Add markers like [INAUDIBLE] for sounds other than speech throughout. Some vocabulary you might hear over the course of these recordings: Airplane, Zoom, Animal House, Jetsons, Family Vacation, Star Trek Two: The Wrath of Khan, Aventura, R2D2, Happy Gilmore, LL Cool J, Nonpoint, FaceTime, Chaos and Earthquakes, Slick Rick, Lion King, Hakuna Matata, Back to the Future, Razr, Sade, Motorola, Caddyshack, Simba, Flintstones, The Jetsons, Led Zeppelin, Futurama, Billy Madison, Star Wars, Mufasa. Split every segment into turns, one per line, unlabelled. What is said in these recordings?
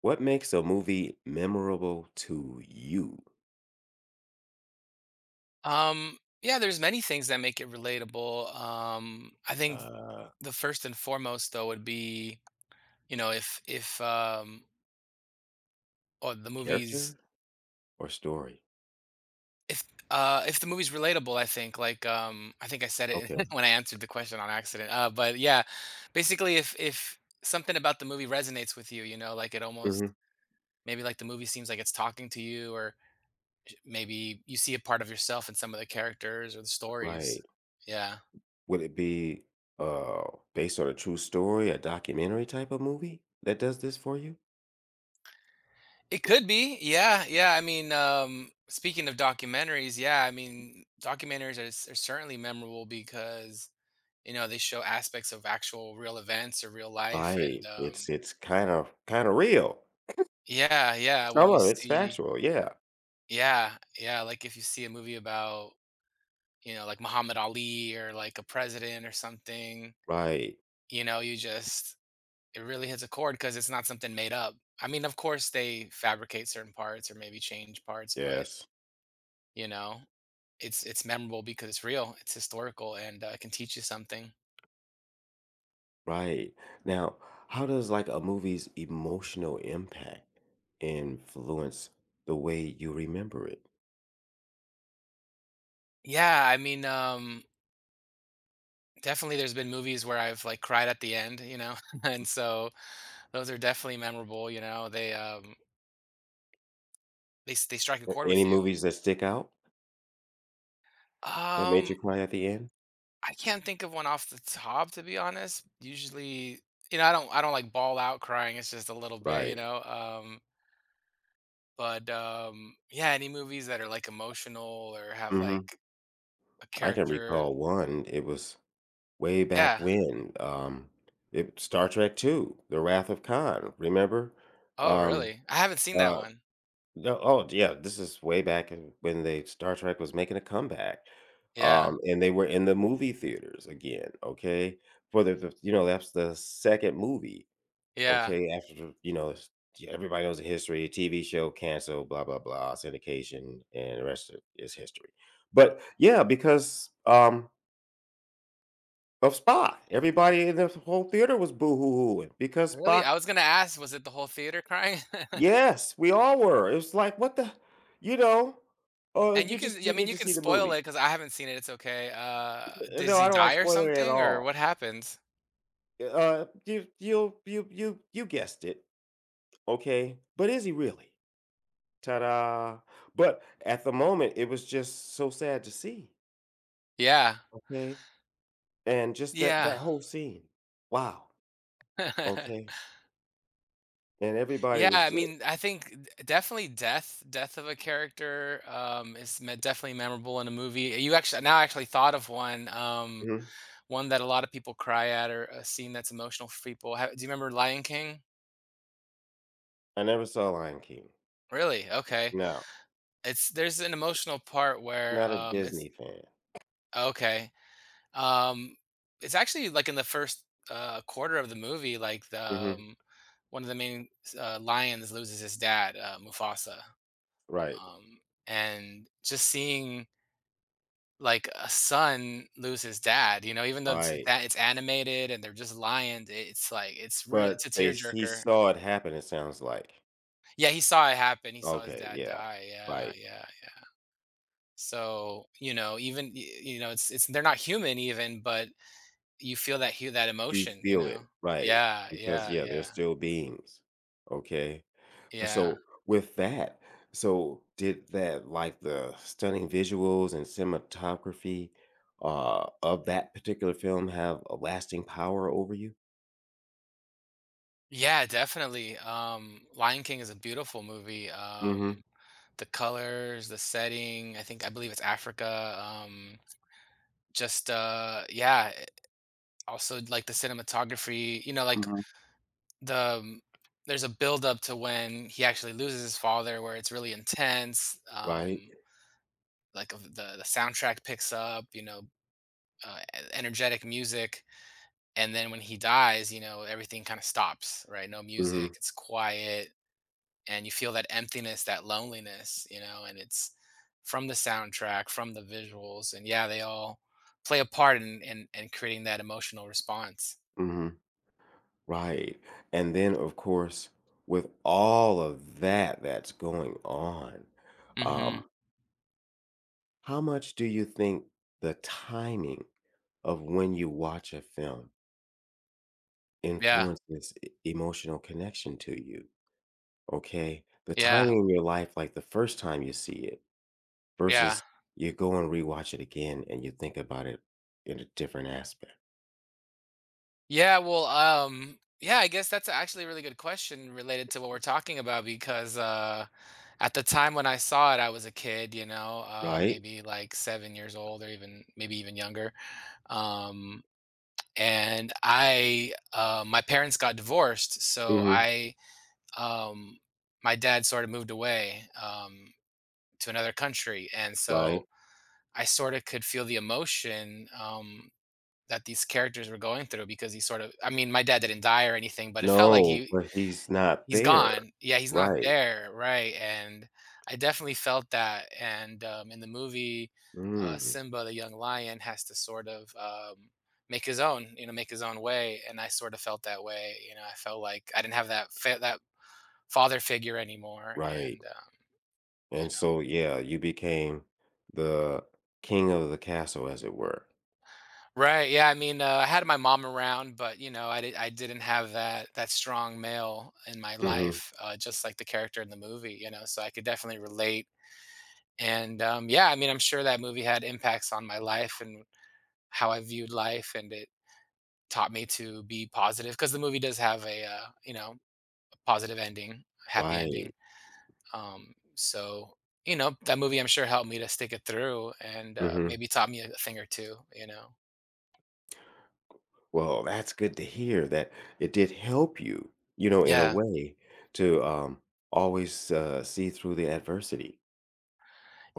What makes a movie memorable to you?
Yeah, there's many things that make it relatable. I think
Uh,
the first and foremost though would be, you know, if or the movies
character? Or story?
if if the movie's relatable, I think like I think I said it
Okay.
[LAUGHS] when I answered the question on accident. But yeah, basically if something about the movie resonates with you, you know, like it
hmm
almost maybe like the movie seems like it's talking to you, or maybe you see a part of yourself in some of the characters or the stories.
Right.
Yeah.
Would it be uh based on a true story, a documentary type of movie that does this for you?
It could be. Yeah. Yeah. I mean, speaking of documentaries, yeah, I mean, documentaries are, are certainly memorable because, you know, they show aspects of actual real events or real life. And
Right. It's
um,
it's kind of real.
yeah, yeah. When
Some
you
of it's
see,
factual, yeah.
yeah, yeah. Like if you see a movie about, you know, like Muhammad Ali or like a president or something,
Right.
you know, you just, it really hits a chord because it's not something made up. I mean, of course, they fabricate certain parts or maybe change parts, but,
Yes.
you know. it's memorable because it's real, it's historical, and can teach you something.
Right. Now, how does like a movie's emotional impact influence the way you remember it?
Yeah, I mean, definitely, there's been movies where I've like cried at the end, you know, [LAUGHS] and so those are definitely memorable. You know, they strike a
A-
chord
Any
with you.
movies that stick out? That made
Um,
you cry at the end?
I can't think of one off the top, to be honest. Usually, you know, I don't like ball out crying. It's just a little bit, you
Right.
know. But yeah, any movies that are like emotional or have
Mhm.
like a
I can
character,
recall one, it was way back
yeah.
when, it Star Trek Two: The Wrath of Khan, remember?
Oh,
Um,
really? I haven't seen that
uh,
one.
no oh, Yeah, this is way back in when they Star Trek was making a comeback,
Yeah,
and they were in the movie theaters again, okay? For the you know, that's the 2nd movie.
yeah.
Okay, after, you know, yeah, everybody knows the history, TV show canceled, blah, blah, blah, syndication, and the rest of is history. But yeah, because of Spock, everybody in the whole theater was boo hoo hooing because
Really?
Spock,
I was gonna ask, was it the whole theater crying? [LAUGHS]
yes, we all were. It was like, what the, you know,
And you
you
can
just
yeah, I
you
mean,
need
you
to
can
see the
spoil it
movie.
because I haven't seen it, it's okay. Does
No,
he
I don't like
die or
spoiling it at
something, or what
all.
happens?
You guessed it, okay? But is he really? Ta-da. But at the moment, it was just so sad to see,
Yeah.
okay? And just that
Yeah.
that whole scene. Wow, okay?
[LAUGHS]
And everybody
Yeah,
was
I
ju.
mean, I think d definitely death of a character, is me definitely memorable in a movie. You actually now I actually thought of one,
Mhm.
one that a lot of people cry at, or a scene that's emotional for people. Ha Do you remember Lion King?
I never saw Lion King.
Really? Okay.
No,
It's there's an emotional part where,
not a
it's
Disney fan.
okay. Um, it's actually like in the first, quarter of the movie, like
Mhm.
um, one of the main, lions loses his dad, Mufasa.
Right,
Um, and just seeing like a son lose his dad, you know, even though
right.
it's animated and they're just lions, it's like it's real, it's a
But they s he
tearjerker.
saw it happen, it sounds like.
Yeah, he saw it happen. He saw his
Okay,
dad
yeah,
die. Yeah,
right.
yeah, yeah. So, you know, you know, it's they're not human even, but you feel that hu that
You
emotion, you
feel
know?
it, right,
Yeah,
because,
yeah,
yeah, they're
yeah.
still beings, okay? But
Yeah.
so with that, so did that, like, the stunning visuals and cinematography of that particular film have a lasting power over you?
Yeah, definitely. Lion King is a beautiful movie.
hmm
The colors, the setting, I think I believe it's Africa. Just yeah, also like the cinematography, you know, like
hmm
the um, there's a build up to when he actually loses his father where it's really intense.
Right.
Like of the soundtrack picks up, you know, energetic music, and then when he dies, you know, everything kind of stops, right? No
hmm
music, it's quiet, and you feel that emptiness, that loneliness, you know, and it's from the soundtrack, from the visuals, and yeah, they all play a part in creating that emotional response.
hmm Right. And then of course, with all of that that's going on,
hmm
um, how much do you think the timing of when you watch a film
Yeah,
influences emotional connection to you? Okay, the
yeah,
timing in your life, like the first time you see it
yeah.
versus you go and rewatch it again and you think about it in a different aspect,
Yeah, well, yeah, I guess that's actually a really good question related to what we're talking about because at the time when I saw it, I was a kid, you know,
right?
maybe like 7 years old or even maybe even younger. Um, my parents got divorced, so
Mhm,
I, um, my dad sort of moved away to another country, and so
right.
I sort of could feel the emotion. That these characters were going through because he sort of I mean, my dad didn't die or anything, but it felt like
No, but he's not
he's
there.
gone. Yeah, he's not
Right.
there, right, and I definitely felt that, and, in the movie,
Mm,
Simba the young lion has to sort of, make his own, you know, make his own way, and I sort of felt that way, you know, I felt like I didn't have that fa that father figure anymore,
right.
and, you
And
know.
so, yeah, you became the king of the castle, as it were.
Right. Yeah. I mean, I had my mom around, but you know, I didn't have that strong male in my
Mhm,
life, just like the character in the movie. You know, so I could definitely relate. And yeah, I mean, I'm sure that movie had impacts on my life and how I viewed life, and it taught me to be positive because the movie does have a you know, a positive ending, happy
right.
ending. So you know, that movie I'm sure helped me to stick it through, and
Mhm.
maybe taught me a thing or two. You know.
Well, that's good to hear that it did help you, you know, in a
Yeah.
way to always see through the adversity.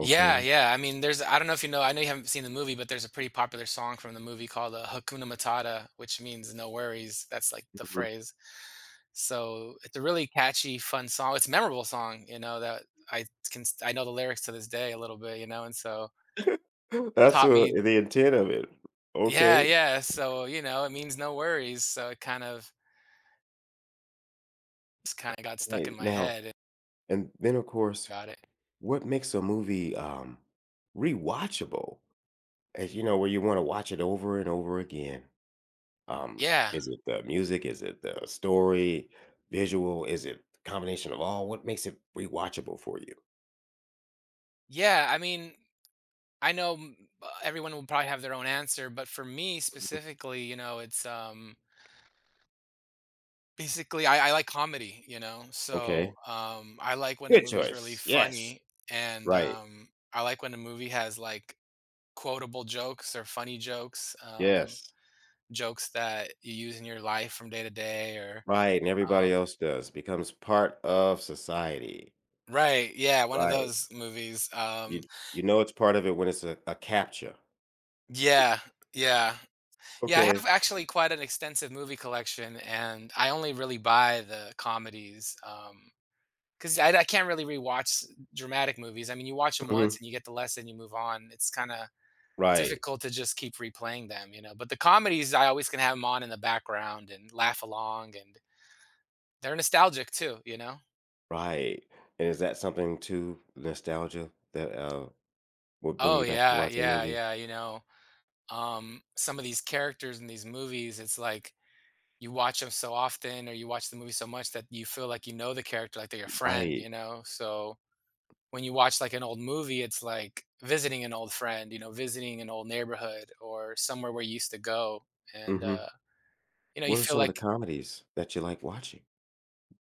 Yeah, yeah. I mean, there's I don't know if you know, I know you haven't seen the movie, but there's a pretty popular song from the movie called Hakuna Matata, which means no worries. That's like the
Mhm.
phrase. So it's a really catchy, fun song. It's a memorable song, you know, that I I know the lyrics to this day a little bit, you know, and so
[LAUGHS] That's
taught me
the intent of it.
yeah,
Okay.
yeah. So, you know, it means no worries. So it kind of just kind of got stuck
Hey,
in my
now,
head
and then of course,
about it.
what makes a movie rewatchable? As you know, where you want to watch it over and over again.
Yeah.
Is it the music? Is it the story? Visual? Is it combination of all? What makes it rewatchable for you?
Yeah, I mean, everyone will probably have their own answer, but for me
Mhm.
specifically, you know, it's basically I like comedy, you know? So,
Okay.
I like when a
Good
movie's really
choice. Yes.
funny, and,
Right.
I like when a movie has, like, quotable jokes or funny jokes,
Yes.
jokes that you use in your life from day to day or,
Right. And
um
everybody else does. Becomes part of society.
right, yeah, one of
Right.
those movies,
You you know it's part of it when it's a capture.
yeah, yeah. Yeah, I have
Okay.
actually quite an extensive movie collection, and I only really buy the comedies, 'cause I can't really rewatch dramatic movies. I mean, you watch them once
Mhm.
and you get the lesson, you move on. It's kinda
Right.
difficult to just keep replaying them, you know? But the comedies, I always can have them on in the background and laugh along, and they're nostalgic too, you know?
Right. And is that something too, nostalgia, that will bring
Oh,
you back to
yeah,
watch a
yeah,
movie?
yeah, you know, some of these characters in these movies, it's like you watch them so often or you watch the movie so much that you feel like you know the character, like they're your friend,
Right.
you know? So when you watch like an old movie, it's like visiting an old friend, you know, visiting an old neighborhood or somewhere where you used to go. And,
hmm
you know, you
What are
feel
some of the
like,
comedies that you like watching?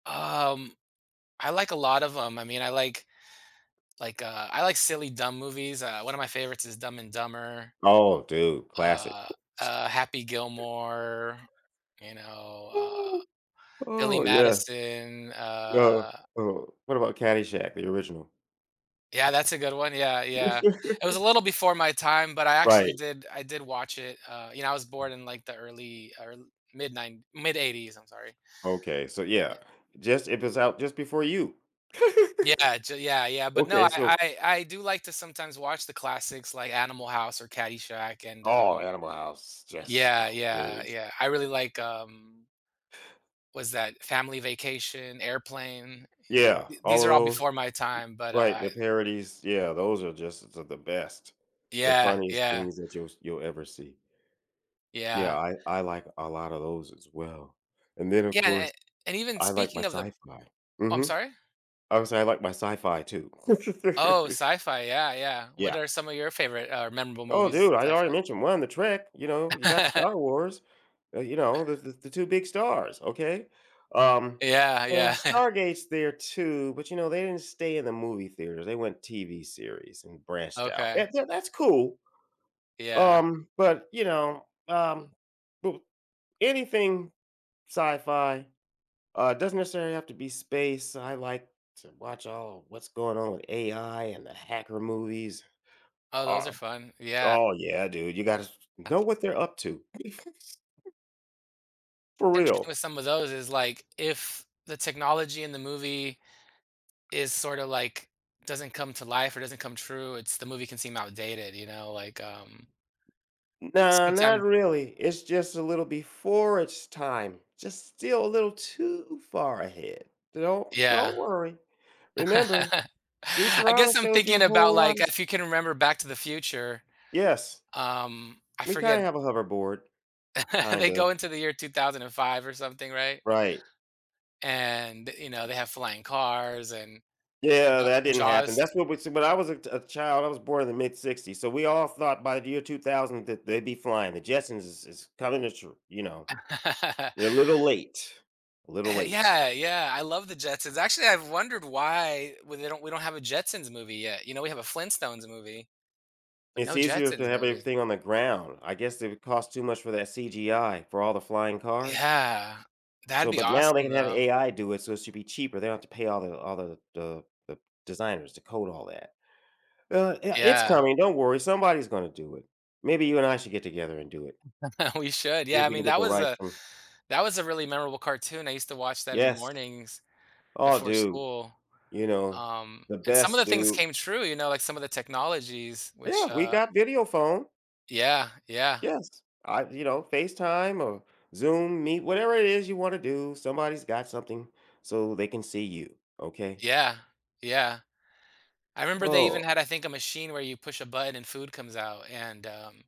um, I like a lot of them. I mean, I like silly, dumb movies. One of my favorites is Dumb and Dumber,
Oh, dude, classic.
uh, Happy Gilmore, you know,
Ooh,
Billy
oh yes.
Madison,
Uh, oh, what about Caddyshack, the original?
yeah, that's a good one. Yeah, yeah. It was a
[LAUGHS]
little before my time, but
Right.
I did watch it. You know, I was born in like the early or mid eighties. I'm sorry.
Okay, so yeah,
Yeah,
just if it's out just before you. [LAUGHS]
yeah, yeah, yeah. But no,
Okay, so
I do like to sometimes watch the classics like Animal House or Caddyshack, and
oh, Animal House, just
yeah,
oh,
yeah,
dude.
yeah. I really like was that Family Vacation, Airplane. You know,
Yeah, all
these
of
are all
those,
before my time, but
right? The parodies, yeah, those are just the best, the
yeah,
funniest
yeah,
things that you'll ever see. Yeah,
yeah,
I like a lot of those as well, and then of
yeah.
course
And even
I like my
speaking of the,
sci-fi.
oh, I'm
Mhm.
sorry.
I would say I like my sci-fi too. [LAUGHS]
Oh, sci-fi, yeah, yeah. What
Yeah.
are some of your favorite or memorable
Oh,
movies
dude, I
in
already
sci-fi?
mentioned one, the Trek. You know, you got Star
[LAUGHS]
Wars. You know, the two big stars. Okay, um,
Yeah,
well,
yeah, [LAUGHS] yeah.
Stargate's there too, but you know they didn't stay in the movie theaters. They went TV series and branched out.
Okay.
That's cool.
Yeah.
But you know, but anything sci-fi doesn't necessarily have to be space. I like to watch all of what's going on with AI and the hacker movies.
Oh,
uh,
those are fun. Yeah.
Oh, yeah, dude. You gotta know what they're up to. [LAUGHS] For
Interesting
real.
with some of those is like if the technology in the movie is sort of like doesn't come to life or doesn't come true, it's the movie can seem outdated, you know, like um
Nah, not
sometimes
really. It's just a little before its time. Just still a little too far ahead. Don't
yeah.
don't worry.
[LAUGHS]
Remember,
I
Futurama
guess I'm
showed you a
thinking about
whole lot
like
of s.
if you can remember Back to the Future,
Yes.
I
We
forget
kinda have a hoverboard.
[LAUGHS]
Kind
they
of.
go into the year 2005 or something, right?
Right.
And you know, they have flying cars and
Yeah, that didn't happen.
Jaws.
That's what we see when I was a child, I was born in the mid '60s, so we all thought by the year 2000 that they'd be flying. The Jetsons is coming to tr, you know, they're a little
[LAUGHS]
late, a little late.
Yeah, yeah, I love the Jetsons. Actually, I've wondered why we they don't we don't have a Jetsons movie yet. You know, we have a Flintstones movie, but
It's
no
easier to
Jetsons
have
movie.
everything on the ground. I guess it would cost too much for that CGI for all the flying cars.
Yeah. That'd
So,
be
but now they
awesome
can have
though.
AI do it, so it should be cheaper. They don't have to pay all the designers to code all that. Yeah, it's
Yeah.
coming. Don't worry. Somebody's going to do it. Maybe you and I should get together and do it.
[LAUGHS] We should.
See
Yeah,
if
I
we
mean,
can get the rights from.
that was a really memorable cartoon. I used to watch that in the
Yes.
mornings
Oh,
before
dude.
school.
You know the
And some of
best,
the things
dude.
came true, you know, like some of the technologies,
Yeah, we got video phone.
yeah, yeah,
Yes. I, you know, FaceTime or Zoom, Meet, whatever it is you wanna do, somebody's got something so they can see you, okay?
yeah, yeah. I remember they even
Oh,
had, I think, a machine where you push a button and food comes out, and,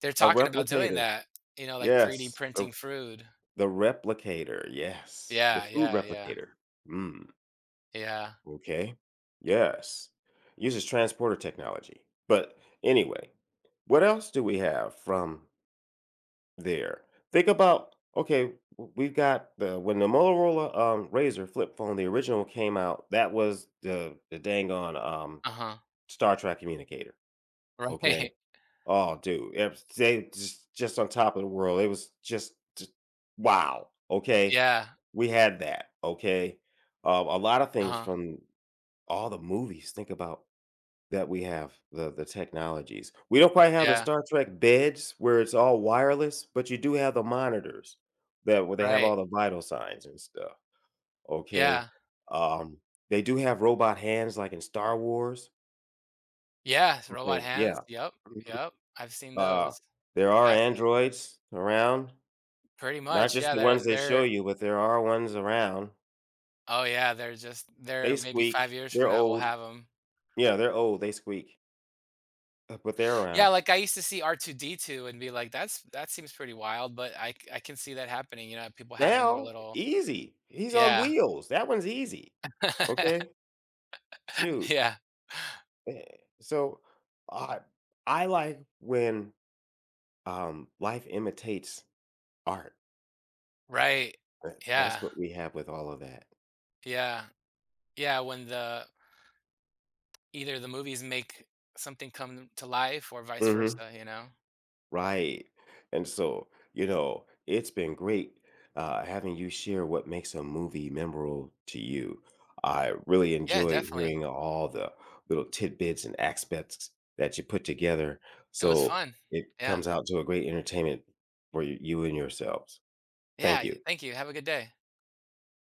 they're
a
talking about doing
replicator.
that, you know, like 3D
Yes,
printing food.
the replicator, yes, the
Yeah,
food
yeah, yeah,
replicator. Mm,
yeah.
okay. Yes. Uses transporter technology. But anyway, what else do we have from there. Think about, okay, we've got the when the Motorola, Razr flip phone, the original came out, that was the dang on,
Uh-huh.
Star Trek communicator,
[LAUGHS] Right.
okay? Oh, dude, it was they just on top of the world, it was just wow, okay?
Yeah.
We had that, okay? A lot of things
Uh-huh.
from all the movies, think about that we have, the technologies. We don't quite have the
Yeah.
Star Trek beds where it's all wireless, but you do have the monitors that where they have
Right.
all the vital signs and stuff, okay?
Yeah.
Um, they do have robot hands like in Star Wars,
Yeah, robot
okay,
hands.
yeah.
Yep,
Mhm,
yep. I've seen
uh,
those.
there are
Fascinating.
androids around,
Pretty
not
much,
just
yeah,
the ones
they're
they show
they're
you, but there are ones around.
oh, yeah, they're just they're
They
maybe 5
squeak,
years from
they're
now, we'll
old.
have them.
Yeah, they're old, they squeak, but they're
Yeah,
around.
like, I used to see R2D2 and be like, "That's that seems pretty wild," but I can see that happening, you know, people having their
Now,
little
easy. He's on
yeah.
wheels. That one's easy. Okay?
[LAUGHS]
Shoot.
Yeah.
Yeah. So, I I like when, life imitates art.
Right.
That that's
Yeah.
what we have with all of that.
Yeah. Yeah, when the either the movies make something come to life or vice
Mhm.
versa, you know?
Right. And so, you know, it's been great having you share what makes a movie memorable to you. I really
Yeah,
enjoyed
definitely.
hearing all the little tidbits and aspects that you put together.
It was
So
fun.
it
Yeah.
comes out to a great entertainment for you and yourselves.
Yeah,
Thank
y
you.
thank you, have a good day.